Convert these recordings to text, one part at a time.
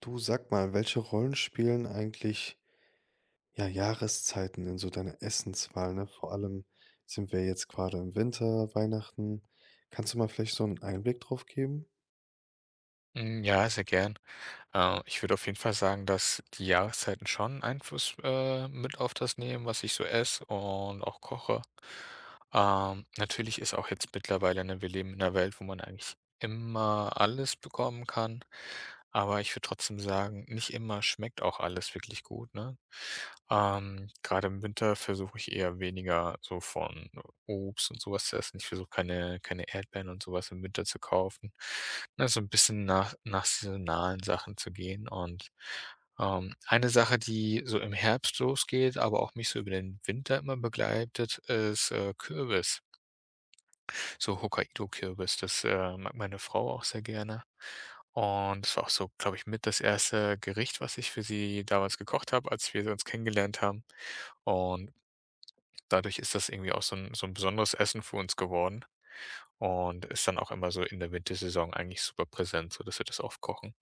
Du sag mal, welche Rollen spielen eigentlich, ja, Jahreszeiten in so deiner Essenswahl, ne? Vor allem sind wir jetzt grade im Winter, Weihnachten. Kannst du mal vielleicht so einen Einblick drauf geben? Hm, ja, sehr gern. Ich würde auf jeden Fall sagen, dass die Jahreszeiten schon Einfluss, mit auf das nehmen, was ich so esse und auch koche. Natürlich ist auch jetzt mittlerweile, ne, wir leben in 'ner Welt, wo man eigentlich immer alles bekommen kann, aber ich würde trotzdem sagen, nicht immer schmeckt auch alles wirklich gut, ne? Grade im Winter versuche ich eher weniger so von Obst und sowas, was zu essen. Ich versuche keine Erdbeeren und sowas im Winter zu kaufen. Ne, so 'n bisschen nach saisonalen Sachen zu gehen und, eine Sache, die so im Herbst losgeht, aber auch mich so über den Winter immer begleitet, ist, Kürbis, so Hokkaido-Kürbis. Das, mag meine Frau auch sehr gerne. Und das war auch so, glaube ich, mit das erste Gericht, was ich für sie damals gekocht habe, als wir uns kennengelernt haben. Und dadurch ist das irgendwie auch so ein so 'n besonderes Essen für uns geworden. Und ist dann auch immer so in der Wintersaison eigentlich super präsent, so dass wir das oft kochen.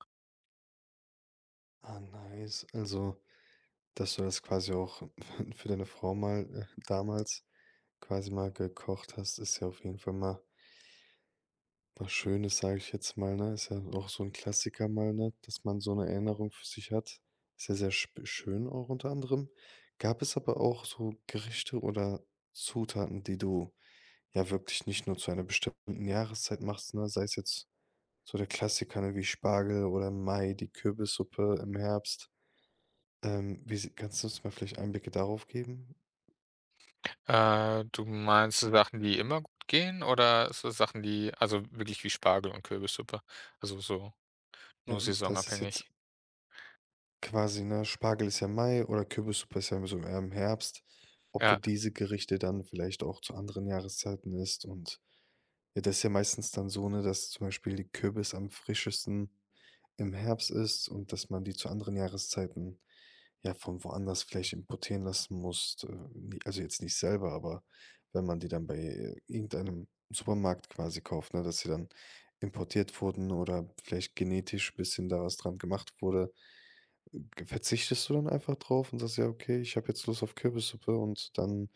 Ah, nice. Also, dass du das quasi auch für deine Frau mal, damals quasi mal gekocht hast, ist ja auf jeden Fall mal was Schönes, sage ich jetzt mal, ne? Ist ja auch so ein Klassiker mal, ne, dass man so eine Erinnerung für sich hat. Ist ja sehr sp schön auch unter anderem. Gab es aber auch so Gerichte oder Zutaten, die du ja wirklich nicht nur zu einer bestimmten Jahreszeit machst, ne? Sei es jetzt so der Klassiker, ne, wie Spargel oder im Mai, die Kürbissuppe im Herbst. Wie sie kannst du uns mal vielleicht Einblicke darauf geben? Du meinst so Sachen, die immer gut gehen, oder so Sachen, die also wirklich wie Spargel und Kürbissuppe, also so Ne, nur i das ist jetzt saisonabhängig? quasi, ne? Spargel ist ja Mai oder Kürbissuppe ist ja so eher im Herbst. Ob du Ja, diese Gerichte dann vielleicht auch zu anderen Jahreszeiten isst und, ja, das ist ja meistens dann so, ne, dass zum Beispiel die Kürbis am frischesten im Herbst ist und dass man die zu anderen Jahreszeiten ja von woanders vielleicht importieren lassen muss. Also jetzt nicht selber, aber wenn man die dann bei irgendeinem Supermarkt quasi kauft, ne, dass sie dann importiert wurden oder vielleicht genetisch ein bisschen da was dran gemacht wurde. Verzichtest du dann einfach drauf und sagst: „Ja, okay, ich habe jetzt Lust auf Kürbissuppe" und dann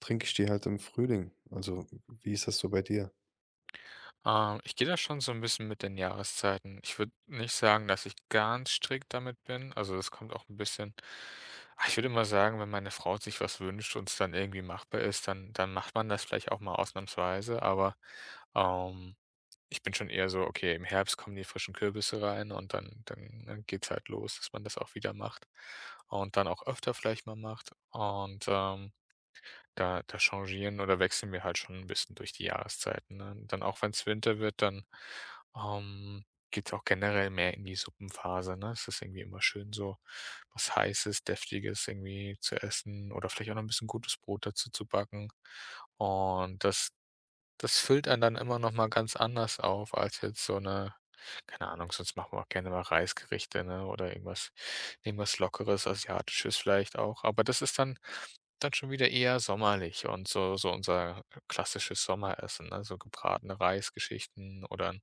trinke ich die halt im Frühling. Also, wie ist das so bei dir? Ich gehe da schon so ein bisschen mit den Jahreszeiten. Ich würde nicht sagen, dass ich ganz strikt damit bin. Also, das kommt auch ein bisschen ich würde immer sagen, wenn meine Frau sich was wünscht und es dann irgendwie machbar ist, dann macht man das vielleicht auch mal ausnahmsweise, aber, ähm ich bin schon eher so, okay, im Herbst kommen die frischen Kürbisse rein und dann geht's halt los, dass man das auch wieder macht und dann auch öfter vielleicht mal macht. Und, da changieren oder wechseln wir halt schon ein bisschen durch die Jahreszeiten, ne? Dann auch wenn's Winter wird, dann, ähm, geht's auch generell mehr in die Suppenphase, ne? Es ist irgendwie immer schön, so was Heißes, Deftiges irgendwie zu essen oder vielleicht auch noch 'n bisschen gutes Brot dazu zu backen. Und das füllt einen dann immer noch mal ganz anders auf als jetzt so 'ne, keine Ahnung, sonst machen wir auch gerne mal Reisgerichte, ne, oder irgendwas Lockeres, Asiatisches vielleicht auch. Aber das ist dann schon wieder eher sommerlich und so so unser klassisches Sommeressen, ne, so gebratene Reisgeschichten oder 'n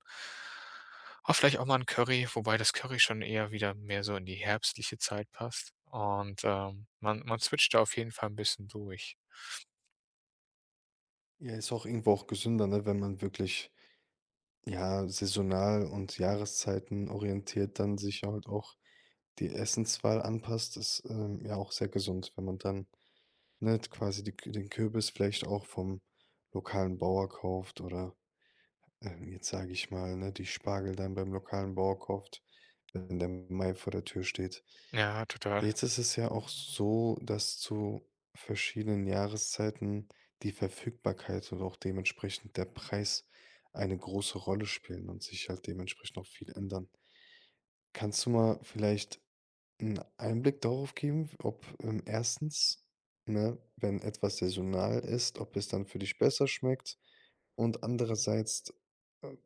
vielleicht auch mal 'n Curry, wobei das Curry schon eher wieder mehr so in die herbstliche Zeit passt. Und, man switcht da auf jeden Fall 'n bisschen durch. Ja, ist auch irgendwo auch gesünder, ne, wenn man wirklich, ja, saisonal und Jahreszeiten orientiert dann sich halt auch die Essenswahl anpasst. Ist, ja auch sehr gesund, wenn man dann, ne, quasi die den Kürbis vielleicht auch vom lokalen Bauer kauft, oder jetzt sage ich mal, ne, die Spargel dann beim lokalen Bauer kauft, wenn der Mai vor der Tür steht. Ja, total. Jetzt ist es ja auch so, dass zu verschiedenen Jahreszeiten die Verfügbarkeit und auch dementsprechend der Preis eine große Rolle spielen und sich halt dementsprechend auch viel ändern. Kannst du mal vielleicht einen Einblick darauf geben, ob, 1., ne, wenn etwas saisonal ist, ob es dann für dich besser schmeckt und andererseits, äh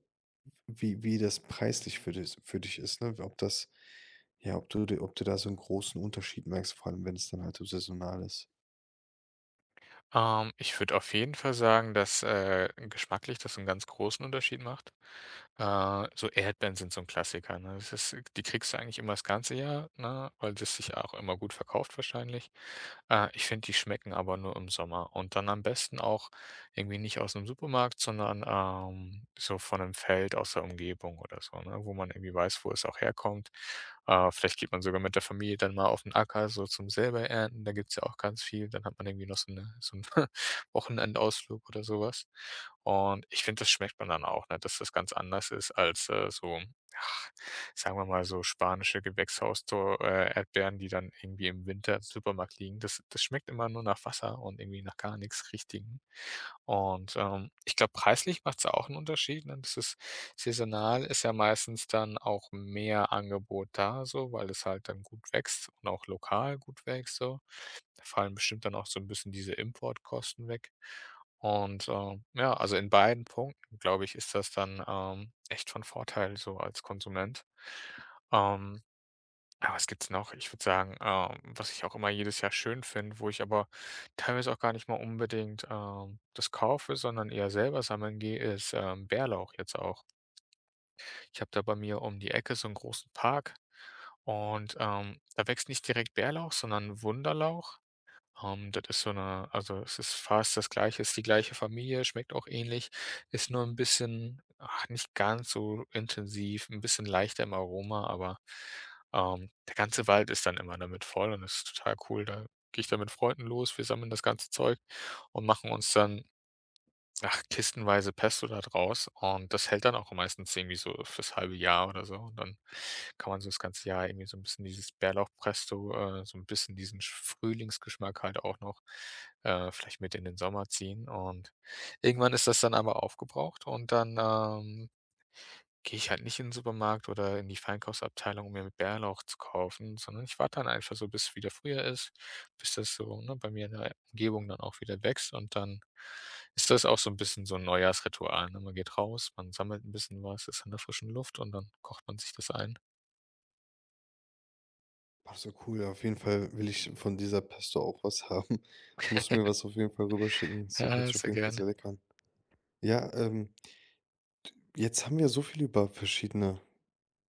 wie das preislich für dich ist, ne? Ob das ja, ob du d ob du da so einen großen Unterschied merkst, vor allem, wenn es dann halt so saisonal ist. Ich würde auf jeden Fall sagen, dass, geschmacklich das einen ganz großen Unterschied macht. So Erdbeeren sind so ein Klassiker, ne? Das ist, die kriegst du eigentlich immer das ganze Jahr, ne, weil das sich ja auch immer gut verkauft wahrscheinlich. Ich finde, die schmecken aber nur im Sommer und dann am besten auch irgendwie nicht aus dem Supermarkt, sondern, so von 'nem Feld aus der Umgebung oder so, ne, wo man irgendwie weiß, wo es auch herkommt. Vielleicht geht man sogar mit der Familie dann mal auf den Acker so zum selber ernten, da gibt's ja auch ganz viel. Dann hat man irgendwie noch so 'ne so 'n Wochenendausflug oder sowas. Und ich finde, das schmeckt man dann auch, ne, dass das ganz anders ist als, so, ja, sagen wir mal, so spanische gewächshaus Erdbeeren, die dann irgendwie im Winter im Supermarkt liegen. Das schmeckt immer nur nach Wasser und irgendwie nach gar nichts Richtigem. Und, ich glaube, preislich macht es auch einen Unterschied, ne? Das ist, saisonal ist ja meistens dann auch mehr Angebot da so, weil es halt dann gut wächst und auch lokal gut wächst so. Da fallen bestimmt dann auch so ein bisschen diese Importkosten weg. Und, ja, also in beiden Punkten, glaube ich, ist das dann, echt von Vorteil so als Konsument. Ähm Ah, was gibt's noch? Ich würde sagen, was ich auch immer jedes Jahr schön finde, wo ich aber teilweise auch gar nicht mal unbedingt, das kaufe, sondern eher selber sammeln gehe, ist, Bärlauch jetzt auch. Ich habe da bei mir um die Ecke so einen großen Park und, da wächst nicht direkt Bärlauch, sondern Wunderlauch. Das ist so eine, also, es ist fast das Gleiche, ist die gleiche Familie, schmeckt auch ähnlich, ist nur ein bisschen, ach, nicht ganz so intensiv, ein bisschen leichter im Aroma, aber, der ganze Wald ist dann immer damit voll und das ist total cool. Da gehe ich dann mit Freunden los, wir sammeln das ganze Zeug und machen uns dann, ach, kistenweise Pesto da draus und das hält dann auch meistens irgendwie so fürs halbe Jahr oder so. Und dann kann man so das ganze Jahr irgendwie so ein bisschen dieses Bärlauchpesto, so ein bisschen diesen Sch Frühlingsgeschmack halt auch noch, vielleicht mit in den Sommer ziehen. Und irgendwann ist das dann aber aufgebraucht und dann, gehe ich halt nicht in den Supermarkt oder in die Feinkaufsabteilung, um mir Bärlauch zu kaufen, sondern ich warte dann einfach so, bis es wieder früher ist, bis das so, ne, bei mir in der Umgebung dann auch wieder wächst und dann ist das auch so ein bisschen so ein Neujahrsritual, ne? Man geht raus, man sammelt ein bisschen was, ist in der frischen Luft und dann kocht man sich das ein. Ach so, cool. Ja, auf jeden Fall will ich von dieser Pesto auch was haben. Musst mir was auf jeden Fall rüberschicken. Das hört Ja, sich auf sehr jeden Fall gerne. sehr lecker an. Ja, jetzt haben wir so viel über verschiedene,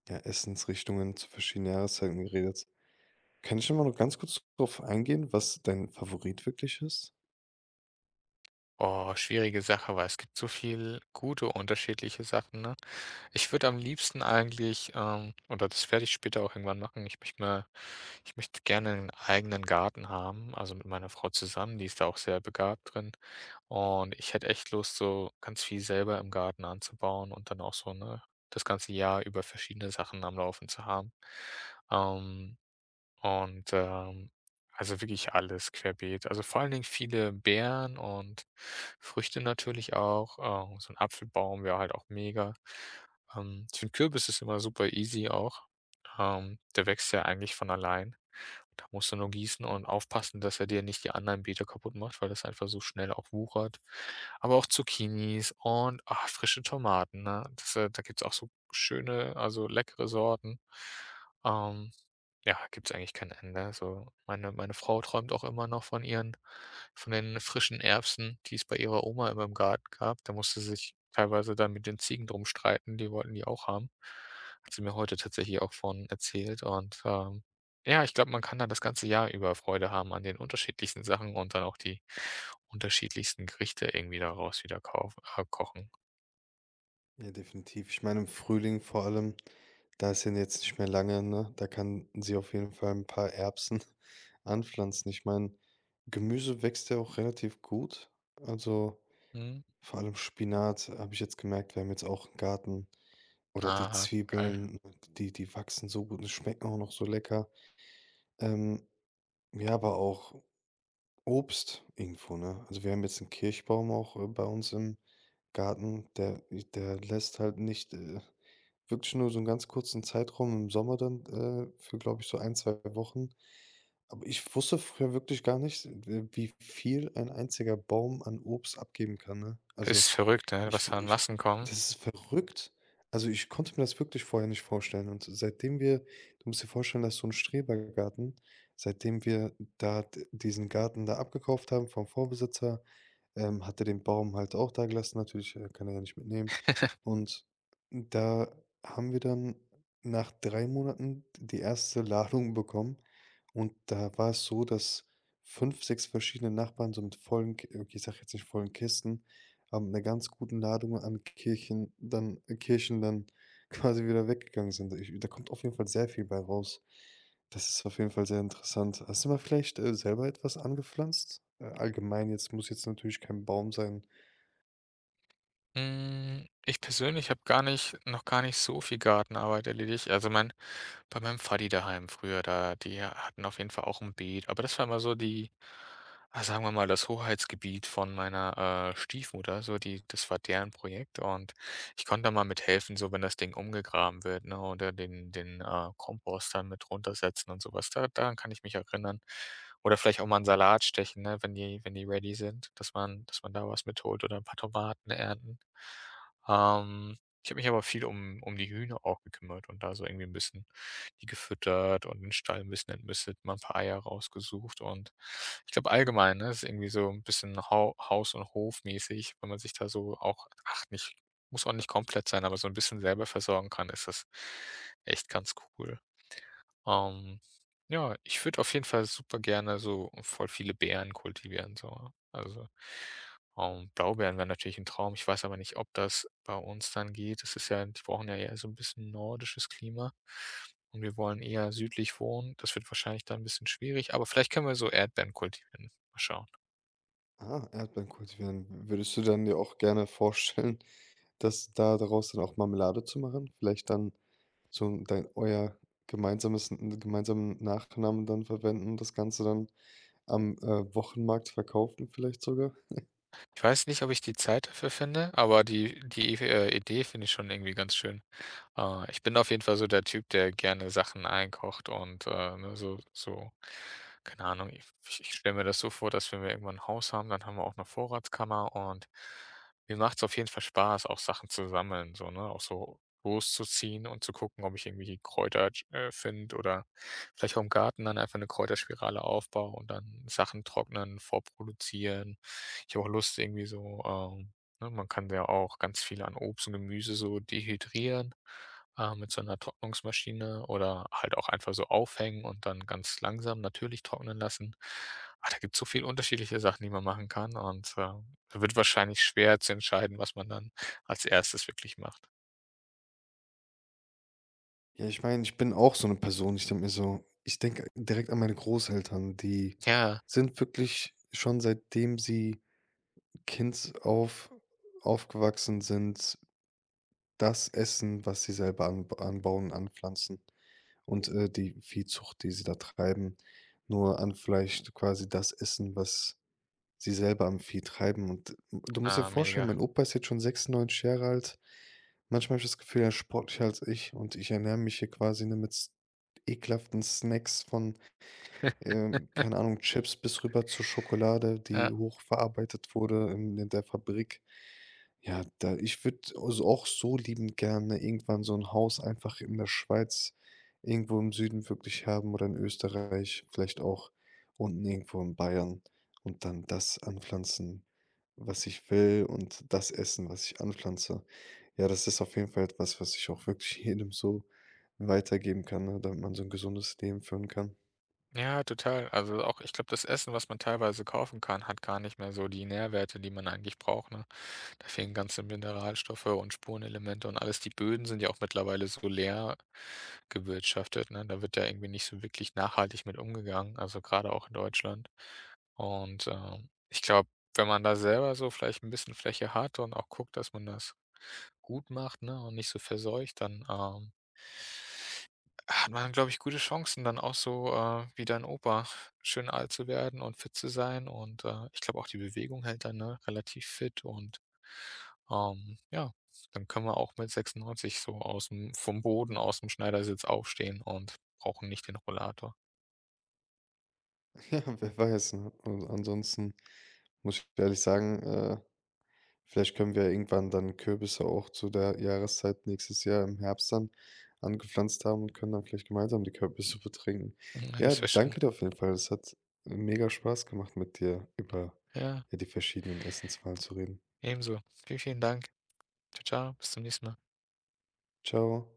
ja, Essensrichtungen zu verschiedenen Jahreszeiten geredet. Kann ich noch mal nur ganz kurz darauf eingehen, was dein Favorit wirklich ist? Oh, schwierige Sache, weil es gibt so viel gute unterschiedliche Sachen, ne? Ich würde am liebsten eigentlich, oder das werde ich später auch irgendwann machen, ich möchte gerne einen eigenen Garten haben, also mit meiner Frau zusammen, die ist da auch sehr begabt drin. Und ich hätte echt Lust, so ganz viel selber im Garten anzubauen und dann auch so, ne, das ganze Jahr über verschiedene Sachen am Laufen zu haben. Ähm und, also wirklich alles querbeet. Also vor allen Dingen viele Beeren und Früchte natürlich auch. So ein Apfelbaum wäre halt auch mega. Ich finde, Kürbis ist immer super easy auch. Der wächst ja eigentlich von allein. Da musst du nur gießen und aufpassen, dass er dir nicht die anderen Beete kaputt macht, weil das einfach so schnell auch wuchert. Aber auch Zucchinis und, ah, frische Tomaten, ne? Das, da gibt's auch so schöne, also leckere Sorten. Ähm ja, gibt's eigentlich kein Ende. So, meine Frau träumt auch immer noch von ihren von den frischen Erbsen, die es bei ihrer Oma immer im Garten gab. Da musste sie sich teilweise dann mit den Ziegen drum streiten, die wollten die auch haben. Hat sie mir heute tatsächlich auch von erzählt und, ja, ich glaube, man kann da das ganze Jahr über Freude haben an den unterschiedlichsten Sachen und dann auch die unterschiedlichsten Gerichte irgendwie daraus wieder kaufen, kochen. Ja, definitiv. Ich meine, im Frühling vor allem, da ist ja jetzt nicht mehr lange, ne? Da kann sie auf jeden Fall ein paar Erbsen anpflanzen. Ich meine, Gemüse wächst ja auch relativ gut. Also Mhm. vor allem Spinat habe ich jetzt gemerkt, wir haben jetzt auch einen Garten. Oder die Ah, geil. Zwiebeln, die, die wachsen so gut und schmecken auch noch so lecker. Ähm, ja, aber auch Obst irgendwo, ne? Also, wir haben jetzt einen Kirschbaum auch, bei uns im Garten, der lässt halt nicht, wirklich nur so einen ganz kurzen Zeitraum im Sommer dann, für, glaube ich, so ein 2 Wochen, aber ich wusste früher wirklich gar nicht, w wie viel ein einziger Baum an Obst abgeben kann, ne? Also, Ist verrückt, ne, ich was w da an ich Massen kommen. das ist verrückt. Also, ich konnte mir das wirklich vorher nicht vorstellen, und seitdem wir du musst dir vorstellen, dass so ein Strebergarten. Seitdem wir da d diesen Garten da abgekauft haben vom Vorbesitzer, hat er den Baum halt auch da gelassen. Natürlich, kann er ja nicht mitnehmen. Und da haben wir dann nach 3 Monaten die erste Ladung bekommen, und da war es so, dass 5 6 verschiedene Nachbarn so mit vollen K okay, ich sage jetzt nicht vollen Kisten, aber mit 'ner ganz guten Ladung an Kirchen dann Kirschen dann quasi wieder weggegangen sind. Ich Da kommt auf jeden Fall sehr viel bei raus. Das ist auf jeden Fall sehr interessant. Hast du mal vielleicht, selber etwas angepflanzt? Allgemein jetzt, muss jetzt natürlich kein Baum sein. Hm, ich persönlich habe gar nicht so viel Gartenarbeit erledigt. Also, mein bei meinem Vati daheim früher da, die hatten auf jeden Fall auch ein Beet, aber das war immer so die, ah, sagen wir mal, das Hoheitsgebiet von meiner, Stiefmutter, so die, das war deren Projekt und ich konnte da mal mithelfen, so wenn das Ding umgegraben wird, ne, oder Kompost dann mit runtersetzen und sowas. Da Daran kann ich mich erinnern. Oder vielleicht auch mal 'n Salat stechen, ne, wenn die ready sind, dass man da was mitholt oder ein paar Tomaten ernten. Ähm, Ich habe mich aber viel um die Hühner auch gekümmert und da so irgendwie ein bisschen die gefüttert und den Stall ein bisschen entmistet, mal ein paar Eier rausgesucht und ich glaube allgemein, ne, ist irgendwie so ein bisschen haus- und hofmäßig, wenn man sich da so auch, ach, nicht, muss auch nicht komplett sein, aber so 'n bisschen selber versorgen kann, ist das echt ganz cool. Ähm, ja, ich würde auf jeden Fall super gerne so voll viele Beeren kultivieren, so. Also, Blaubeeren wären natürlich 'n Traum. Ich weiß aber nicht, ob das bei uns dann geht. Das ist ja, die brauchen ja eher so 'n bisschen nordisches Klima und wir wollen eher südlich wohnen. Das wird wahrscheinlich dann 'n bisschen schwierig, aber vielleicht können wir so Erdbeeren kultivieren. Mal schauen. Ah, Erdbeeren kultivieren. Würdest du dann dir auch gerne vorstellen, dass da daraus dann auch Marmelade zu machen? Vielleicht dann so dein euer gemeinsames n gemeinsamen Nachnamen dann verwenden und das Ganze dann am, Wochenmarkt verkaufen vielleicht sogar? Ich weiß nicht, ob ich die Zeit dafür finde, aber die Idee finde ich schon irgendwie ganz schön. Ich bin auf jeden Fall so der Typ, der gerne Sachen einkocht und, ne, so so, keine Ahnung, ich stelle mir das so vor, dass wenn wir irgendwann ein Haus haben, dann haben wir auch eine Vorratskammer und mir macht's auf jeden Fall Spaß, auch Sachen zu sammeln, so, ne, auch so loszuziehen und zu gucken, ob ich irgendwie Kräuter, finde oder vielleicht auch im Garten dann einfach eine Kräuterspirale aufbaue und dann Sachen trocknen, vorproduzieren. Ich habe auch Lust irgendwie so, ne, man kann ja auch ganz viel an Obst und Gemüse so dehydrieren, mit so einer Trocknungsmaschine oder halt auch einfach so aufhängen und dann ganz langsam natürlich trocknen lassen. Ah, da gibt es so viele unterschiedliche Sachen, die man machen kann und, wird wahrscheinlich schwer zu entscheiden, was man dann als Erstes wirklich macht. Ja, ich meine, ich bin auch so eine Person, ich denke direkt an meine Großeltern, die Ja, sind wirklich schon, seitdem sie Kind auf aufgewachsen sind, das Essen, was sie selber anbauen, anpflanzen, und, die Viehzucht, die sie da treiben, nur anfleischt quasi das Essen, was sie selber am Vieh treiben, und du musst dir ah, vorstellen, mega. mein Opa ist jetzt schon 96 Jahre alt. Manchmal habe ich das Gefühl, er ist sportlicher als ich, und ich ernähre mich hier quasi, ne, mit s ekelhaften Snacks von, keine Ahnung, Chips bis rüber zur Schokolade, Ja. die hochverarbeitet wurde in der Fabrik. Ja, da ich würde also auch so liebend gerne irgendwann so ein Haus einfach in der Schweiz irgendwo im Süden wirklich haben oder in Österreich, vielleicht auch unten irgendwo in Bayern, und dann das anpflanzen, was ich will, und das essen, was ich anpflanze. Ja, das ist auf jeden Fall etwas, was ich auch wirklich jedem so weitergeben kann, ne, damit man so ein gesundes Leben führen kann. Ja, total. Also auch, ich glaube, das Essen, was man teilweise kaufen kann, hat gar nicht mehr so die Nährwerte, die man eigentlich braucht, ne? Da fehlen ganze Mineralstoffe und Spurenelemente und alles. Die Böden sind ja auch mittlerweile so leer gewirtschaftet, ne? Da wird ja irgendwie nicht so wirklich nachhaltig mit umgegangen, also gerade auch in Deutschland. Und ich glaube, wenn man da selber so vielleicht ein bisschen Fläche hat und auch guckt, dass man das gut macht, ne, und nicht so verseucht, dann hat man, glaube ich, gute Chancen, dann auch so, wie dein Opa, schön alt zu werden und fit zu sein. Und, ich glaube auch die Bewegung hält dann, ne, relativ fit und, ja, dann können wir auch mit 96 so aus'm vom Boden, aus'm Schneidersitz aufstehen und brauchen nicht den Rollator. Ja, wer weiß, ne? Und ansonsten muss ich ehrlich sagen, vielleicht können wir ja irgendwann dann Kürbisse auch zu der Jahreszeit nächstes Jahr im Herbst dann angepflanzt haben und können dann vielleicht gemeinsam die Kürbissuppe trinken. Mhm, Ja, das wäre schön. danke dir auf jeden Fall. Es hat mega Spaß gemacht, mit dir über, Ja, ja, die verschiedenen Essenswahlen zu reden. ebenso. Vielen, vielen Dank. Tschau, tschau, bis zum nächsten Mal. Ciao.